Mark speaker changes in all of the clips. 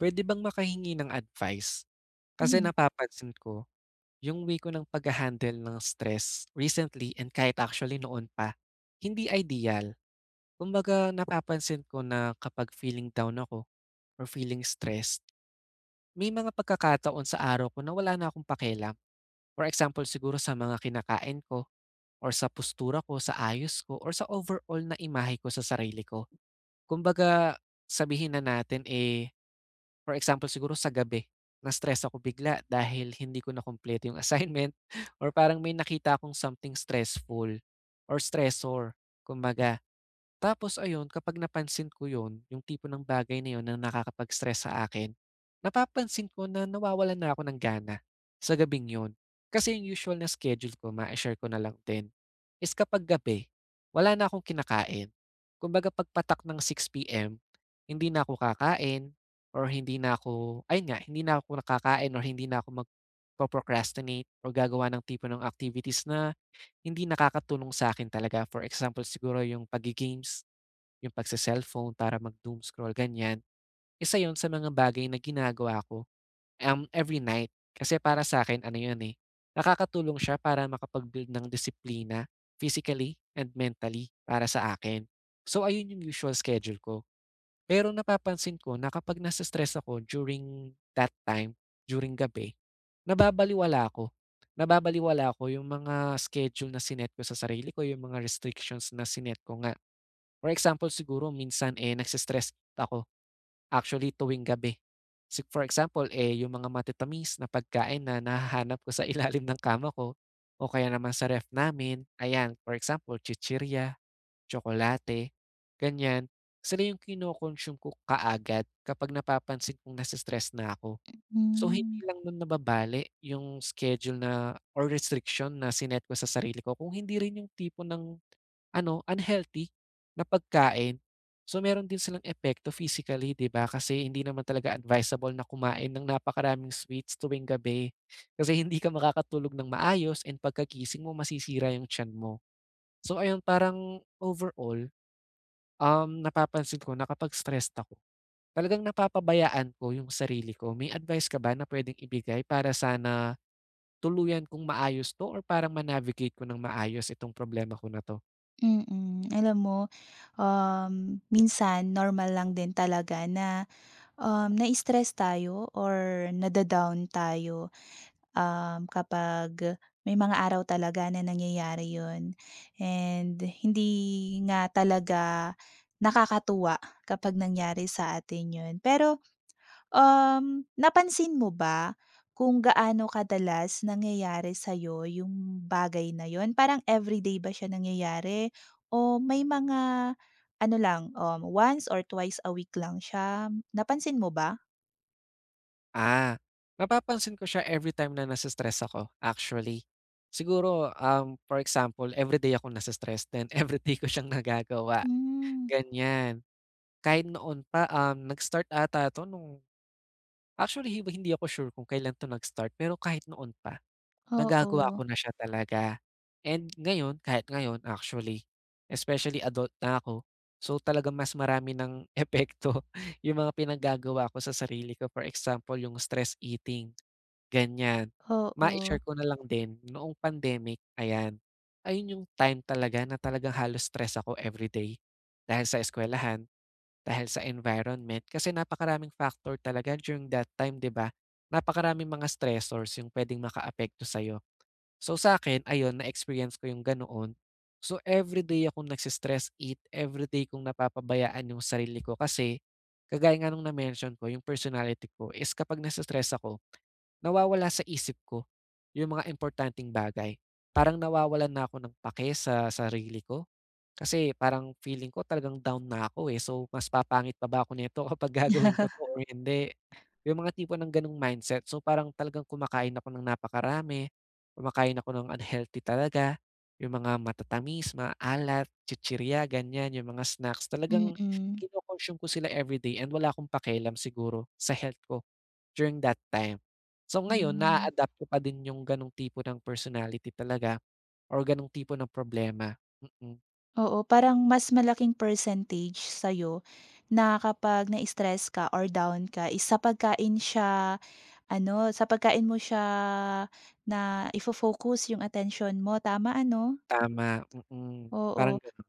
Speaker 1: Puwede bang makahingi ng advice? Kasi
Speaker 2: Hmm,
Speaker 1: napapansin ko yung way ko ng pagha-handle ng stress recently and kahit actually noon pa, hindi ideal. Kumbaga napapansin ko na kapag feeling down ako or feeling stressed, may mga pagkakataon sa araw ko na wala na akong pakialam. For example siguro sa mga kinakain ko or sa postura ko, sa ayos ko, or sa overall na imahe ko sa sarili ko. Kumbaga sabihin na natin, eh. For example siguro sa gabi, na-stress ako bigla dahil hindi ko na complete yung assignment or parang may nakita akong something stressful or stressor kumbaga. Tapos ayun, kapag napansin ko yun, yung tipo ng bagay na yun na nakakapag-stress sa akin, napapansin ko na nawawalan na ako ng gana sa gabing yun. Kasi yung usual na schedule ko, ma-share ko na lang din, is kapag gabi, wala na akong kinakain. Kumbaga pagpatak ng 6 p.m., hindi na ako kakain or hindi na ako, ayun nga, hindi na ako nakakain or hindi na ako mag-procrastinate or gagawa ng tipo ng activities na hindi nakakatulong sa akin talaga. For example, siguro yung pagigames yung pagse-cellphone para mag-doom scroll ganyan, isa yun sa mga bagay na ginagawa ko, every night. Kasi para sa'kin ano yun, eh, nakakatulong siya para makapag-build ng disiplina physically and mentally para sa akin. So ayun yung usual schedule ko. Pero napapansin ko na kapag nase-stress ako during that time, during gabi, nababalewala ako. Nababalewala ako yung mga schedule na sinet ko sa sarili ko, yung mga restrictions na sinet ko nga. For example siguro minsan, eh, nagse-stress ako, actually tuwing gabi. Si for example, eh, yung mga matitamis na pagkain na nahahanap ko sa ilalim ng kama ko o kaya naman sa ref namin, ayan, for example chichirya, tsokolate, ganyan. Sila yung kino-consume ko kaagad kapag napapansin kong nase-stress na ako. So, hindi
Speaker 2: hmm,
Speaker 1: lang nun nababali yung schedule na or restriction na sinet ko sa sarili ko kung hindi rin yung tipo ng ano, unhealthy na pagkain. So, meron din silang epekto physically, 'di ba? Kasi hindi naman talaga advisable na kumain ng napakaraming sweets tuwing gabi. Kasi hindi ka makakatulog ng maayos and pagkagising mo masisira yung tiyan mo. So, ayun parang overall, napapansin ko na kapag stressed ako, talagang napapabayaan ko yung sarili ko. May advice ka ba na pwedeng ibigay para sana tuluyan kung maayos 'to or parang ma ko ng maayos itong problema ko na 'to?
Speaker 2: mm. Alam mo, um, minsan normal lang din talaga na, na-stress tayo or nada-down tayo, kapag may mga araw talaga na nangyayari 'yun. And hindi nga talaga nakakatuwa kapag nangyari sa atin 'yun. Napansin mo ba kung gaano kadalas nangyayari sa'yo yung bagay na yun? Parang everyday ba siya nangyayari o may mga ano lang, once or twice a week lang siya? Napansin mo ba?
Speaker 1: Ah, napapansin ko siya everytime na nasa stress ako, actually. Siguro, for example, everyday ako nasa stress then everyday ko siyang nagagawa,
Speaker 2: Hmm,
Speaker 1: ganyan. Kahit noon pa, nag-start ata 'to nung actually hiba hindi ako sure kung kailan 'to nag-start, pero kahit noon pa, nagagawa
Speaker 2: oo,
Speaker 1: ko na siya talaga. And ngayon, kahit ngayon actually, especially adult na ako, so talaga mas marami ng epekto yung mga pinagagawa ko sa sarili ko. For example, yung stress eating. Ganyan. Mai-share
Speaker 2: oo.
Speaker 1: ko na lang din, noong pandemic, ayan, ayun yung time talaga na talagang halos stress ako everyday. Dahil sa eskwelahan, dahil sa environment, kasi napakaraming factor talaga during that time, 'di ba? Napakaraming mga stressors yung puwedeng makaapekto sa'yo. So sa akin ayun na-experience ko yung ganoon. So everyday akong nagse eat, everyday kong napapabayaan yung sarili ko kasi kagaya nga nung na-mention ko yung personality ko is kapag nase-stress ako, nawawala sa isip ko yung mga importanteng bagay. Parang nawawalan na ako ng pake sa sarili ko kasi parang feeling ko talagang down na ako, eh. So mas papangit pa ba ako nito kapag gagawin ko 'to or hindi? Yung mga tipo ng gano'ng mindset. So parang talagang kumakain ako ng napakarami. Kumakain ako ng unhealthy talaga, yung mga matatamis, maalat, chichirya, ganyan, yung mga snacks. Talagang
Speaker 2: Mm-mm.
Speaker 1: kino-consume ko sila everyday and wala akong pakialam siguro sa health ko during that time. So
Speaker 2: Mm,
Speaker 1: ngayon, na
Speaker 2: hmm.
Speaker 1: adapt ko pa din yung ganong tipo ng personality talaga or ganong tipo ng problema. Mm,
Speaker 2: Oo, parang mas malaking percentage sa'yo na kapag na-stress ka or down ka is sa pagkain siya. Ano, sa pagkain mo siya na ifo focus yung atensyon mo, tama ano?
Speaker 1: Tama, parang
Speaker 2: Oo.
Speaker 1: gano'n.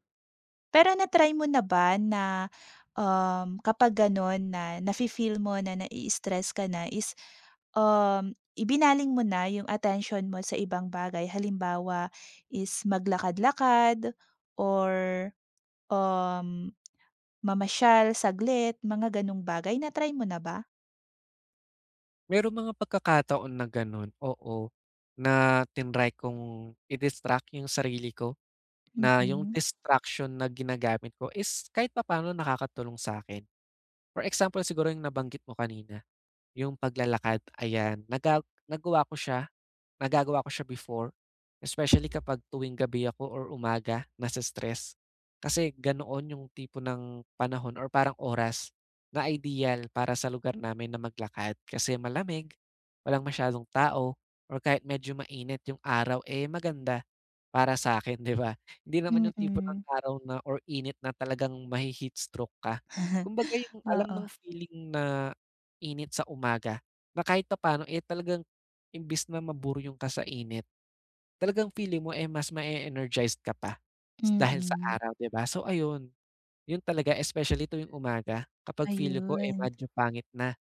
Speaker 2: Pero na-try mo na ba na, kapag gano'n na nafi-feel mo na nai-stress ka na is, um, ibinaling mo na yung attention mo sa ibang bagay? Halimbawa is maglakad-lakad or, um, mamasyal saglit, mga gano'ng bagay, na-try mo na ba?
Speaker 1: Merong mga pagkakataon na gano'n, oo, na tinry kong i-distract yung sarili ko. Na yung
Speaker 2: Mm,
Speaker 1: distraction na ginagamit ko is kahit papaano nakakatulong sa akin. For example siguro yung nabanggit mo kanina, yung paglalakad, ayan, naga nagawa ko siya. Nagagawa ko siya before, especially kapag tuwing gabi ako or umaga nase-stress. Kasi ganoon yung tipo ng panahon or parang oras na ideal para sa lugar namin na maglakad kasi malamig, walang masyadong tao, or kahit medyo mainit yung araw, eh, maganda para sa akin, 'di ba? Hindi naman yung tipo ng
Speaker 2: mm.
Speaker 1: araw na or init na talagang mahi-heat stroke ka. Kumbaga yung alam
Speaker 2: Oo,
Speaker 1: ng feeling na init sa umaga na kahit pa papaano, eh, talagang imbis na maburyong ka sa init, talagang feeling mo, eh, mas mae-energized ka pa dahil sa
Speaker 2: mm.
Speaker 1: araw, 'di ba? So ayun, 'yun talaga especially tuwing umaga kapag feeling ko, eh,
Speaker 2: Ayun,
Speaker 1: medyo pangit na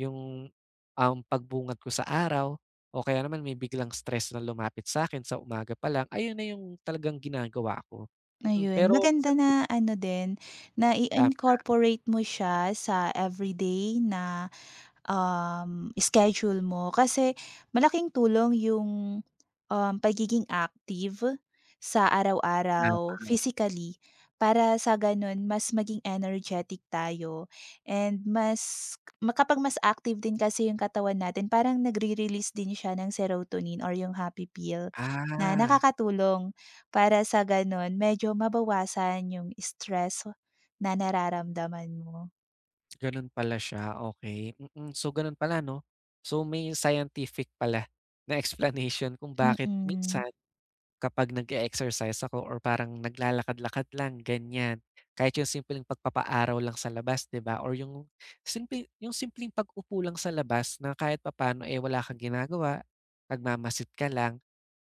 Speaker 1: yung pagbungad ko sa araw o kaya naman may biglang stress na lumapit sa akin sa umaga pa lang, ayun na yung talagang ginagawa ko.
Speaker 2: ayun.
Speaker 1: Pero
Speaker 2: Maganda
Speaker 1: recently
Speaker 2: na ano din, na
Speaker 1: tama
Speaker 2: i-incorporate mo siya sa everyday na schedule mo kasi malaking tulong yung, pagiging active sa
Speaker 1: na,
Speaker 2: araw-araw physically para sa gano'n mas maging energetic tayo and ma mas active din kasi yung katawan natin parang nagre-release din siya ng serotonin or yung happy pill na
Speaker 1: ah.
Speaker 2: nakakatulong para sa gano'n medyo mabawasan yung stress na nararamdaman mo.
Speaker 1: Gano'n pala siya, okay. So gano'n pala 'no? So may scientific pala na explanation kung bakit
Speaker 2: Mm,
Speaker 1: minsan kapag nag exercise ako or parang naglalakad-lakad lang ganyan, kahit yung simpleng pagpapaaraw lang sa labas, 'di ba, or yung simple yung simpleng pag-upo lang sa labas na kahit papaano, eh, wala kang ginagawa, nagmamasid ka lang,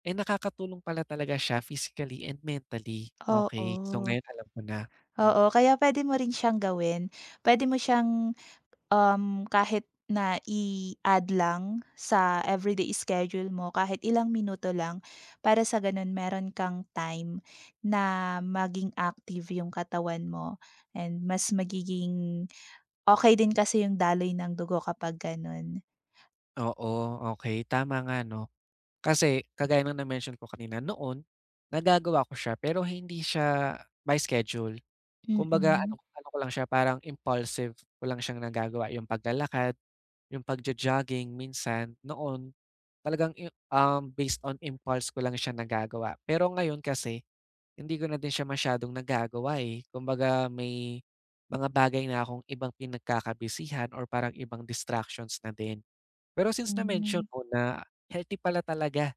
Speaker 1: eh, nakakatulong pala talaga siya physically and mentally. Okay, so
Speaker 2: oo.
Speaker 1: ngayon alam ko na. Hmm,
Speaker 2: Oo, kaya pwede mo rin siyang gawin. Pwede mo siyang, um, kahit na i-add lang sa everyday schedule mo kahit ilang minuto lang para sa gano'n meron kang time na maging active yung katawan mo and mas magiging okay din kasi yung daloy ng dugo kapag gano'n.
Speaker 1: oo, okay tama nga 'no. Kasi kagaya ng na-mention ko kanina, noon nagagawa ko siya pero hindi siya by schedule. Kumbaga ano
Speaker 2: Mm.
Speaker 1: ano ko lang siya parang impulsive ko lang siyang nagagawa, yung paglalakad, yung pagjo-jogging minsan. Noon talagang based on impulse ko lang siya nagagawa. Pero ngayon kasi hindi ko na din siya masyadong nagagawa, eh. Kumbaga may mga bagay na akong ibang pinagkakabisihan or parang ibang distractions na din. Pero since
Speaker 2: Hmm.
Speaker 1: na-mention mo na healthy pala talaga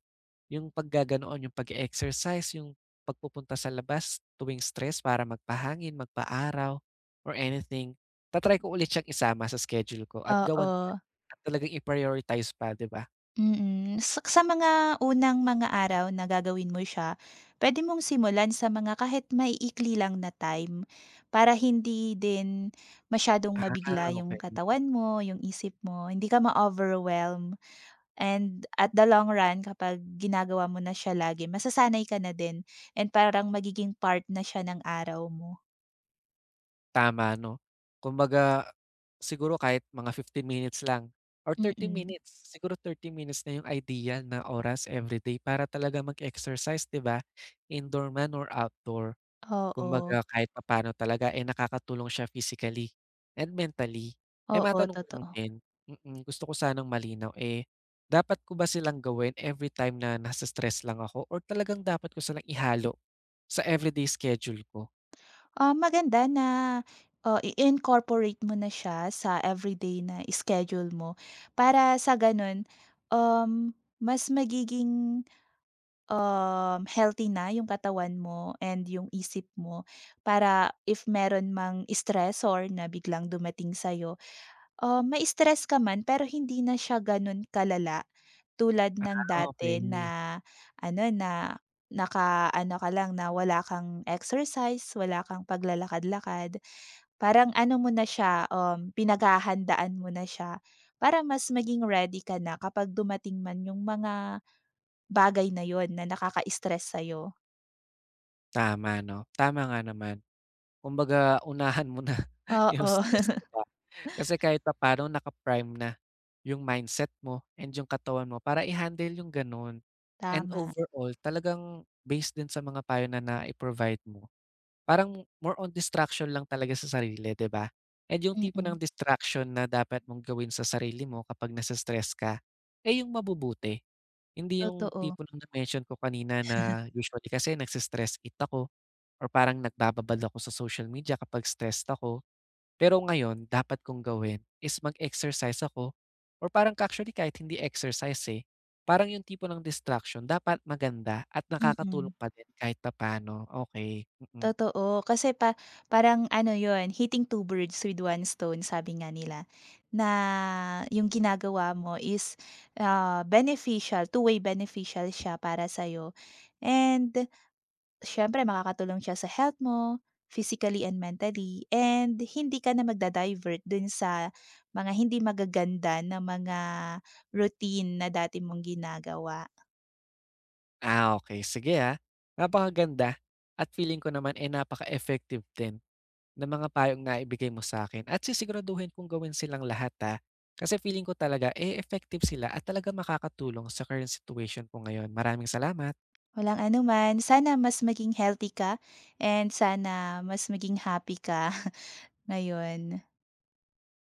Speaker 1: yung paggaganoon, yung pag exercise yung pagpupunta sa labas tuwing stress para magpahangin, magpa-araw or anything. Ta ko ulit siyang isama sa schedule ko at gawan
Speaker 2: Oo.
Speaker 1: at talagang i-prioritize pa, 'di ba?
Speaker 2: Mm, sa mga unang mga araw na gagawin mo siya, puwede mong simulan sa mga kahit maiikli lang na time para hindi din masyadong
Speaker 1: Ah,
Speaker 2: mabigla yung
Speaker 1: okey.
Speaker 2: katawan mo, yung isip mo, hindi ka ma-overwhelm. And at the long run, kapag ginagawa mo na siya lagi, masasanay ka na din and parang magiging part na siya ng araw mo.
Speaker 1: Tama 'no. Kumbaga siguro kahit mga 15 minutes lang or 30
Speaker 2: Mm,
Speaker 1: minutes, siguro 30 minutes na yung ideal na oras everyday para talaga mag-exercise, 'di ba? Indoor man or outdoor.
Speaker 2: oo.
Speaker 1: Kumbaga kahit papaano talaga, eh, nakakatulong siya physically and mentally. Eh,
Speaker 2: Oo,
Speaker 1: matanong ko lang
Speaker 2: totoo.
Speaker 1: din, gusto ko sanang malinaw, eh, dapat ko ba silang gawin every time na nasa stress lang ako or talagang dapat ko silang ihalo sa everyday schedule ko?
Speaker 2: Ah, maganda na, oh, i-incorporate mo na siya sa everyday na schedule mo para sa gano'n, um, mas magiging, healthy na yung katawan mo and yung isip mo para if meron mang stressor na biglang dumating sa'yo. Ah, ma-stress ka man pero hindi na siya gano'n kalala tulad ng
Speaker 1: Ah,
Speaker 2: dati
Speaker 1: okey.
Speaker 2: na ano, na nakaano ka lang na wala kang exercise, wala kang paglalakad-lakad. Parang ano mo na siya, pinaghahandaan mo na siya para mas maging ready ka na kapag dumating man yung mga bagay na yon na nakaka-stress sa'yo.
Speaker 1: Tama 'no, tama nga naman. Kumbaga unahan mo na yung
Speaker 2: Oo,
Speaker 1: stress, 'di ba? Kasi kahit papaano naka-prime na yung mindset mo and yung katawan mo para i-handle yung gano'n. And
Speaker 2: tama.
Speaker 1: overall talagang based din sa mga payo na nai-provide mo, parang more on distraction lang talaga sa sarili, 'di ba? And yung tipo ng
Speaker 2: Mm,
Speaker 1: distraction na dapat mong gawin sa sarili mo kapag nase-stress ka, eh, yung mabubuti. Hindi yung
Speaker 2: totoo.
Speaker 1: tipo ng na-mention ko kanina na usually kasi nagse-stress eat ako or parang nagbababad ako sa social media kapag stressed ako. Pero ngayon dapat kong gawin is mag-exercise ako or parang actually kahit hindi exercise, eh, parang yung tipo ng distraction dapat maganda at nakakatulong
Speaker 2: Mm.
Speaker 1: pa din kahit papaano, okay. Mm.
Speaker 2: Totoo, kasi pa parang ano yun, hitting two birds with one stone sabi nga nila, na yung ginagawa mo is, ah, beneficial, two-way beneficial siya para sa'yo and siyempre makakatulong siya sa health mo, physically and mentally and hindi ka na magda-divert dun sa mga hindi magaganda na mga routine na dati mong ginagawa.
Speaker 1: Ah, okay sige, ah, napakaganda at feeling ko naman, eh, napaka-effective din ng mga payong na ibigay mo sa akin at sisiguraduhin kong gawin silang lahat, ah, kasi feeling ko talaga, eh, effective sila at talaga makakatulong sa current situation ko ngayon. Maraming salamat.
Speaker 2: Walang anuman. Sana mas maging healthy ka and sana mas maging happy ka ngayon.